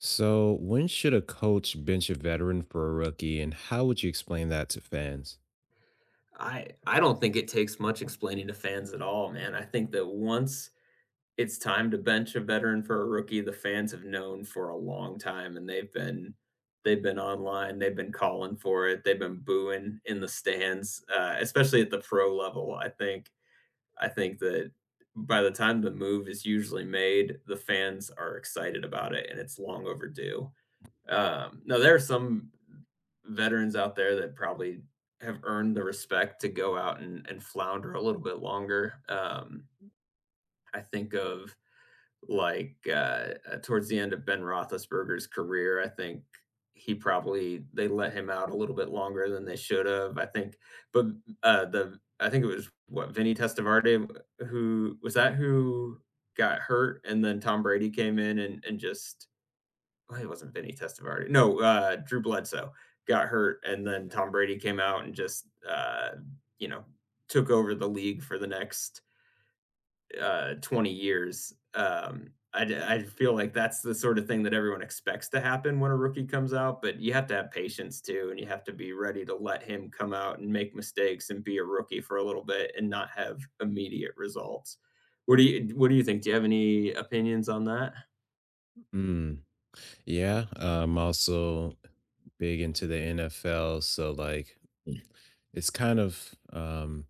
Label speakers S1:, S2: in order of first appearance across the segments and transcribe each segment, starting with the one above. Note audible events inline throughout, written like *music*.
S1: So, when should a coach bench a veteran for a rookie, and how would you explain that to fans?
S2: I don't think it takes much explaining to fans at all, man. I think that once it's time to bench a veteran for a rookie, the fans have known for a long time and they've been online, they've been calling for it, they've been booing in the stands, especially at the pro level. I think that by the time the move is usually made, the fans are excited about it and it's long overdue. No, there are some veterans out there that probably have earned the respect to go out and flounder a little bit longer. I think of like towards the end of Ben Roethlisberger's career, I think he probably they let him out a little bit longer than they should have. But I think it was what Vinny Testaverde who was that who got hurt, and then Tom Brady came in and just, well, it wasn't Vinny Testaverde. No, Drew Bledsoe got hurt, and then Tom Brady came out and just you know took over the league for the next 20 years. I feel like that's the sort of thing that everyone expects to happen when a rookie comes out, but you have to have patience too, and you have to be ready to let him come out and make mistakes and be a rookie for a little bit and not have immediate results. What do you think? Do you have any opinions on that?
S1: Mm, yeah, I'm also big into the NFL, so like it's kind of um,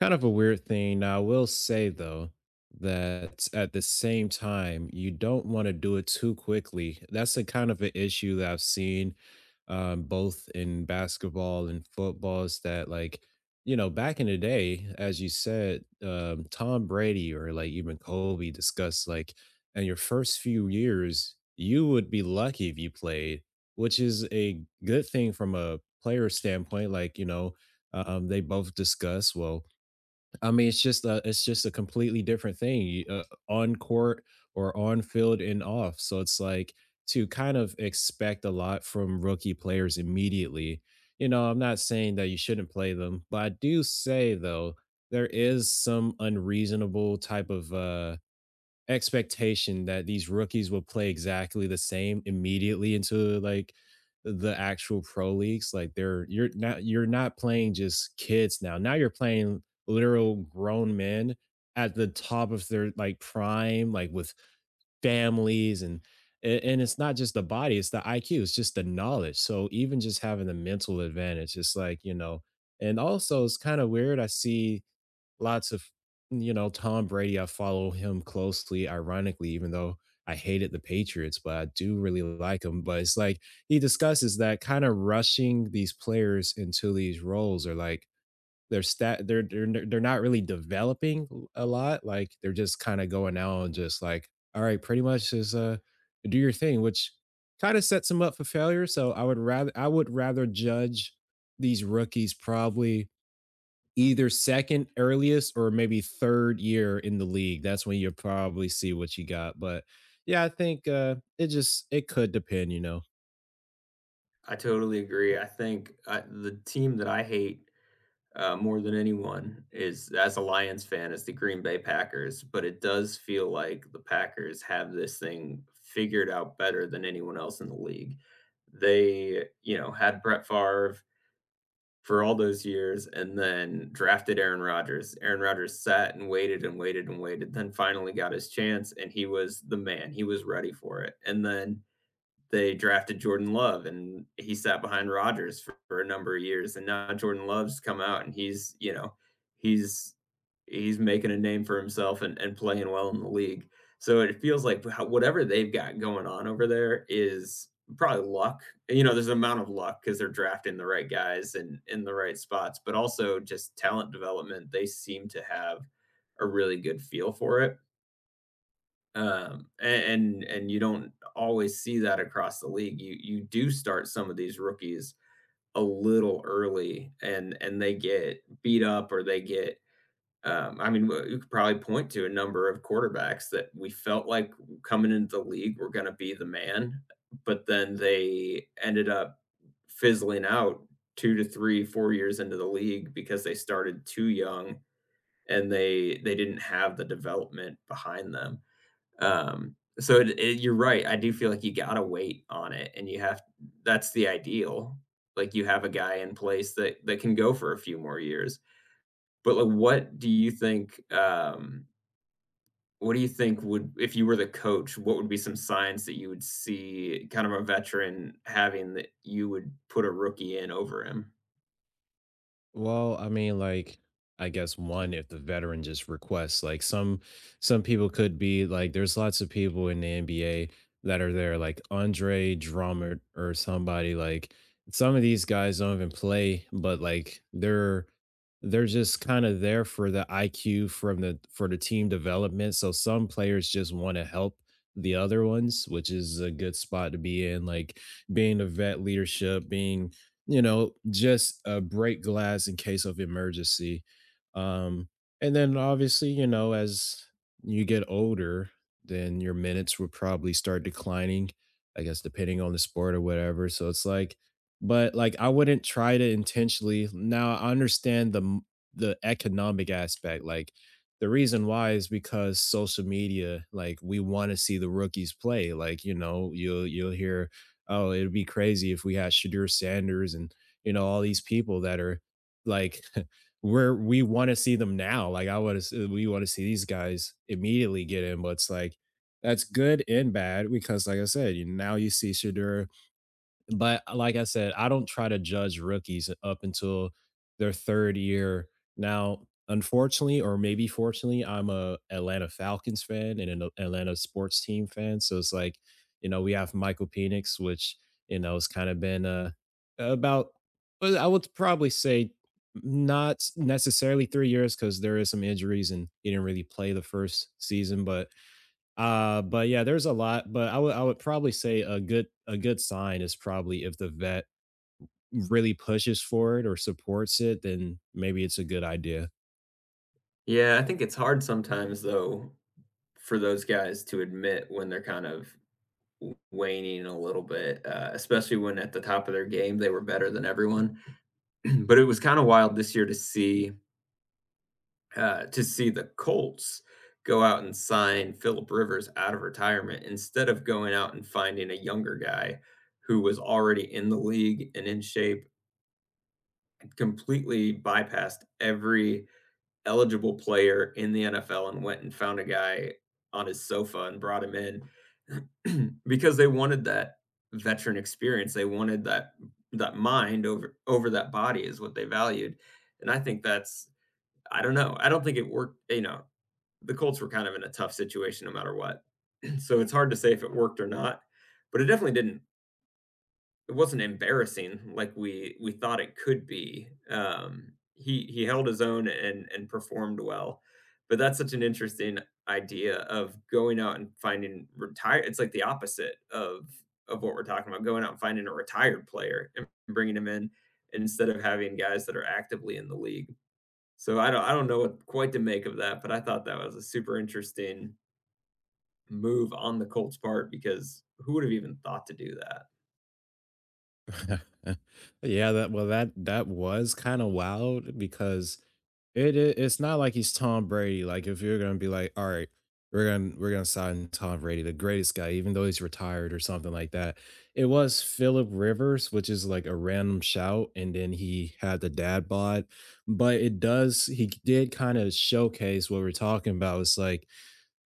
S1: kind of a weird thing. Now, I will say though that at the same time, you don't want to do it too quickly. That's a kind of an issue that I've seen, both in basketball and football, is that like you know back in the day, as you said, Tom Brady or like even Kobe discussed, like, in your first few years, you would be lucky if you played, which is a good thing from a player standpoint. Like you know. They both discuss, well, I mean, it's just a completely different thing on court or on field and off. So it's like to kind of expect a lot from rookie players immediately. You know, I'm not saying that you shouldn't play them, but I do say though there is some unreasonable type of expectation that these rookies would play exactly the same immediately into, like, the actual pro leagues. Like, they're you're not playing just kids. Now you're playing literal grown men at the top of their, like, prime, like, with families. And it's not just the body, it's the IQ, it's just the knowledge. So even just having the mental advantage, it's like and also it's kind of weird. I see lots of Tom Brady. I follow him closely, ironically, even though I hated the Patriots, but I do really like him. But it's like he discusses that kind of rushing these players into these roles, or like they're stat they're n- they're not really developing a lot. Like they're just kind of going out and just, like, all right, pretty much is, do your thing, which kind of sets them up for failure. So I would rather judge these rookies probably either second earliest or maybe third year in the league. That's when you'll probably see what you got. But yeah, I think, it just it could depend.
S2: I totally agree. I think I the team that I hate, more than anyone is, as a Lions fan, is the Green Bay Packers, but it does feel like the Packers have this thing figured out better than anyone else in the league. They, you know, had Brett Favre for all those years and then drafted Aaron Rodgers. Aaron Rodgers sat and waited and waited and waited, then finally got his chance, and he was the man. He was ready for it. And then they drafted Jordan Love and he sat behind Rodgers for, a number of years, and now Jordan Love's come out and he's, you know, he's he's making a name for himself and playing well in the league. So it feels like whatever they've got going on over there is probably luck. You know, there's an amount of luck because they're drafting the right guys and in the right spots, but also just talent development. They seem to have a really good feel for it. Um, a- and you don't always see that across the league. You do start some of these rookies a little early, and they get beat up or they get. I mean, you could probably point to a number of quarterbacks that we felt like coming into the league were going to be the man, but then they ended up fizzling out two to three, 4 years into the league because they started too young and they didn't have the development behind them, so you're right. I do feel like you gotta wait on it, and you have, that's the ideal. Like you have a guy in place that can go for a few more years. But like, what do you think? What do you think would, if you were the coach, what would be some signs that you would see, kind of a veteran having, that you would put a rookie in over him?
S1: Well, I mean, like, I guess one, if the veteran just requests, like, some people could be like, there's lots of people in the NBA that are there, like Andre Drummond or somebody. Like some of these guys don't even play, but like they're just kind of there for the IQ from the for the team development. So some players just want to help the other ones, which is a good spot to be in, like being a vet leadership, being, you know, just a break glass in case of emergency. Um, and then obviously, you know, as you get older, then your minutes would probably start declining, I guess, depending on the sport or whatever. So it's like, but like I wouldn't try to intentionally. Now I understand the the economic aspect. Like, the reason why is because social media, like, we want to see the rookies play. Like, you know, you'll hear, oh, it'd be crazy if we had Shadur Sanders and, you know, all these people that are like *laughs* where we want to see them now. Like, I want to we want to see these guys immediately get in, but it's like that's good and bad because, like I said, you now you see Shadur, but like I said, I don't try to judge rookies up until their 3rd year. Now, unfortunately or maybe fortunately, I'm a Atlanta Falcons fan and an Atlanta sports team fan, so it's like, you know, we have Michael Penix, which, you know, has kinda been, about, well, I would probably say not necessarily 3 years because there is some injuries and he didn't really play the 1st season, but yeah, there's a lot, but I would probably say a good sign is probably if the vet really pushes for it or supports it, then maybe it's a good idea.
S2: Yeah, I think it's hard sometimes though for those guys to admit when they're kind of w waning a little bit, especially when at the top of their game, they were better than everyone. *clears throat* But it was kinda wild this year to see, to see the Colts go out and sign Phillip Rivers out of retirement instead of going out and finding a younger guy who was already in the league and in shape, completely bypassed every eligible player in the NFL and went and found a guy on his sofa and brought him in *clears throat* because they wanted that veteran experience. They wanted that mind over that body is what they valued. And I think that's, I don't know. I don't think it worked, you know. The Colts were kind of in a tough situation no matter what. *clears throat* So it's hard to say if it worked or not, but it definitely didn't, it wasn't embarrassing like we thought it could be. He held his own and performed well. But that's such an interesting idea of going out and finding retire, it's like the opposite of what we're talking about, going out and finding a retired player and bringing him in instead of having guys that are actively in the league. So I don't know what quite to make of that, but I thought that was a super interesting move on the Colts' part because who would have even thought to do that?
S1: *laughs* Yeah, that, well that was kind of wild because it's not like he's Tom Brady, like, if you're gonna be like, "Alright, we're gonna sign Tom Brady, the greatest guy, even though he's retired," or something like that. It was Philip Rivers, which is like a random shout, and then he had the dad bod, but it does he did kinda showcase what we're talking about. It's like,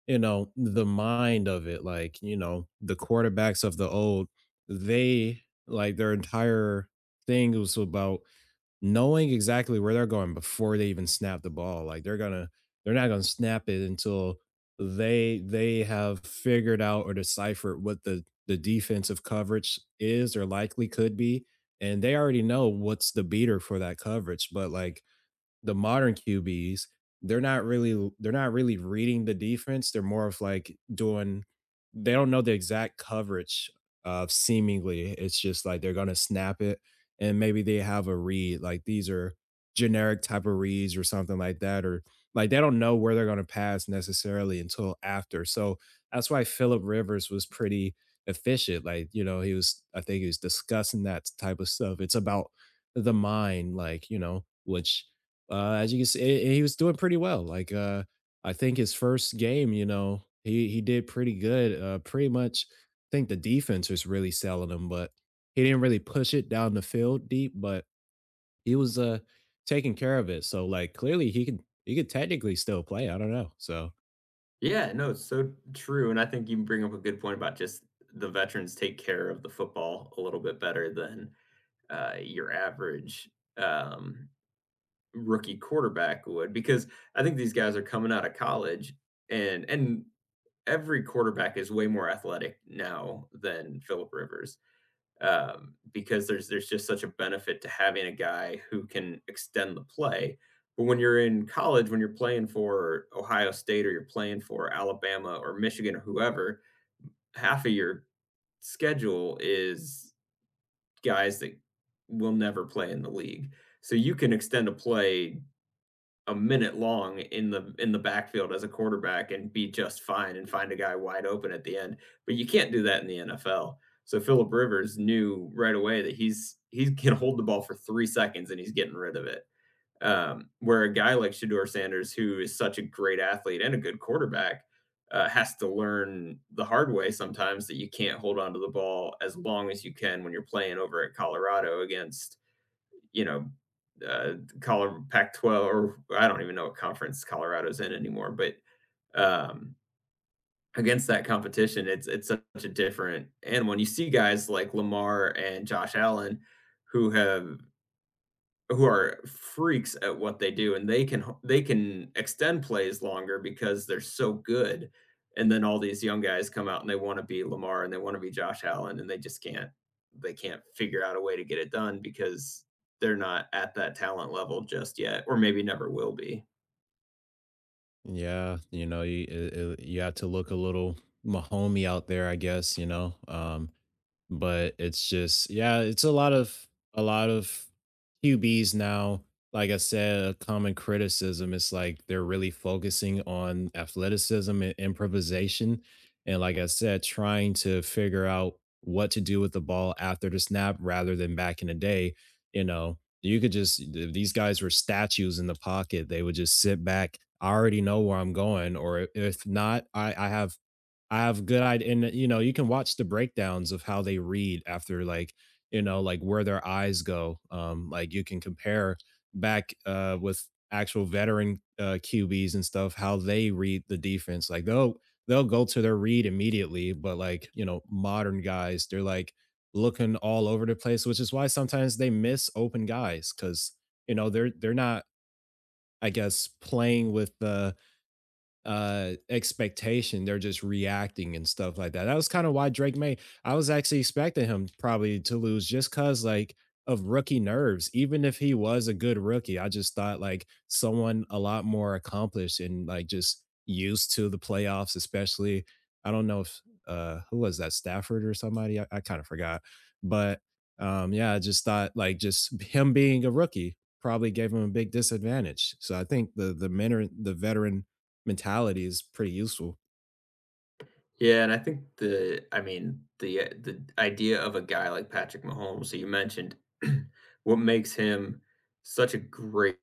S1: you know, the mind of it, like, you know, the quarterbacks of the old, they, like, their entire thing was about knowing exactly where they're going before they even snap the ball. Like they're not gonna snap it until they have figured out or deciphered what the defensive coverage is or likely could be. And they already know what's the beater for that coverage. But like the modern QBs, they're not really reading the defense. They're more of like doing, they don't know the exact coverage of, seemingly. It's just like they're gonna snap it and maybe they have a read. Like, these are generic type of reads or something like that. Or like they don't know where they're gonna pass necessarily until after. So that's why Philip Rivers was pretty efficient. Like, you know, he was I think he was discussing that type of stuff. It's about the mind, like, you know, which, as you can see, he was doing pretty well. Like, I think his first game, you know, he did pretty good. Pretty much, I think the defense was really selling him, but he didn't really push it down the field deep. But he was taking care of it. So like, clearly he could technically still play. I don't know. So
S2: Yeah, no, it's so true, and I think you bring up a good point about just the veterans take care of the football a little bit better than, your average, um, rookie quarterback would, because I think these guys are coming out of college and every quarterback is way more athletic now than Philip Rivers, because there's just such a benefit to having a guy who can extend the play. But when you're in college, when you're playing for Ohio State or you're playing for Alabama or Michigan or whoever, half of your schedule is guys that will never play in the league. So you can extend a play a minute long in the backfield as a quarterback and be just fine and find a guy wide open at the end. But you can't do that in the NFL. So Philip Rivers knew right away that he can hold the ball for 3 seconds and he's getting rid of it. Where a guy like Shador Sanders, who is such a great athlete and a good quarterback, has to learn the hard way sometimes that you can't hold on to the ball as long as you can when you're playing over at Colorado against, you know, uh, Colorado Pac-12, or I don't even know what conference Colorado's in anymore, but um, against that competition, it's such a different animal. And when you see guys like Lamar and Josh Allen, who have who are freaks at what they do, and they can extend plays longer because they're so good, and then all these young guys come out and they wanna be Lamar and they wanna be Josh Allen, and they just can't, they can't figure out a way to get it done because they're not at that talent level just yet, or maybe never will be.
S1: yeah, you know, you have to look a little Mahomey out there, I guess. You know, but it's just yeah, it's a lot of QBs now. Like I said, a common criticism is like they're really focusing on athleticism and improvisation. And like I said, trying to figure out what to do with the ball after the snap rather than back in the day, you know, you could just these guys were statues in the pocket. They would just sit back. I already know where I'm going, or if not, I have good idea, and you know, you can watch the breakdowns of how they read after, like, you know, like where their eyes go. Like, you can compare back, with actual veteran, QBs and stuff, how they read the defense. Like they'll go to their read immediately, but like you know, modern guys, they're like looking all over the place, which is why sometimes they miss open guys because you know they're not, I guess, playing with the expectation, they're just reacting and stuff like that. That was kind of why Drake May, I was actually expecting him probably to lose just because, like, of rookie nerves, even if he was a good rookie. I just thought like someone a lot more accomplished and like just used to the playoffs, especially. I don't know if, who was that, Stafford or somebody, I kind of forgot. But yeah, I just thought like, just *laughs* him being a rookie probably gave him a big disadvantage, so I think the veteran mentality is pretty useful.
S2: Yeah, and I think the, I mean, the idea of a guy like Patrick Mahomes, who you mentioned, *clears throat* what makes him such a great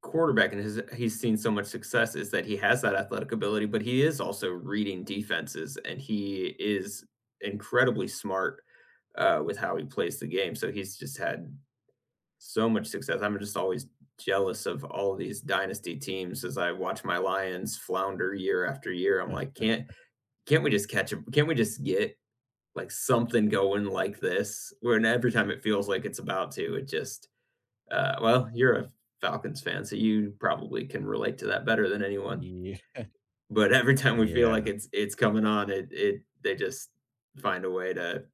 S2: quarterback and his he's seen so much success is that he has that athletic ability, but he is also reading defenses and he is incredibly smart, with how he plays the game. So he's just had so much success. I'm just always jealous of all these dynasty teams as I watch my Lions flounder year after year. I'm like, can't we just catch him? Can't we just get like something going like this? Where, and every time it feels like it's about to, it just, well, you're a Falcons fan, so you probably can relate to that better than anyone.
S1: Ye
S2: But *laughs* every time we feel like
S1: yeah,
S2: it's coming on, it they just find a way to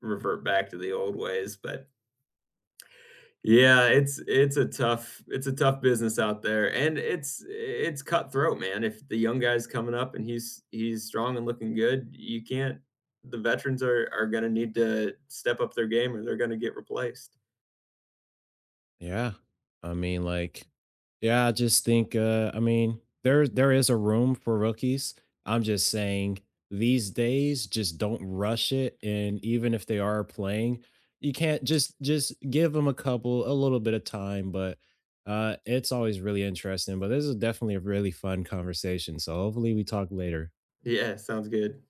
S2: revert back to the old ways. But yeah, it's it's a tough business out there, and it's cutthroat, man. If the young guy's coming up and he's strong and looking good, you can't. The veterans are going to need to step up their game, or they're going to get replaced.
S1: yeah. I mean, like, yeah, I just think, I mean, there is a room for rookies. I'm just saying these days, just don't rush it, and even if they are playing, you can't just give them a couple a little bit of time, but, it's always really interesting, but this is definitely a really fun conversation, so hopefully we talk later.
S2: Yeah, sounds good.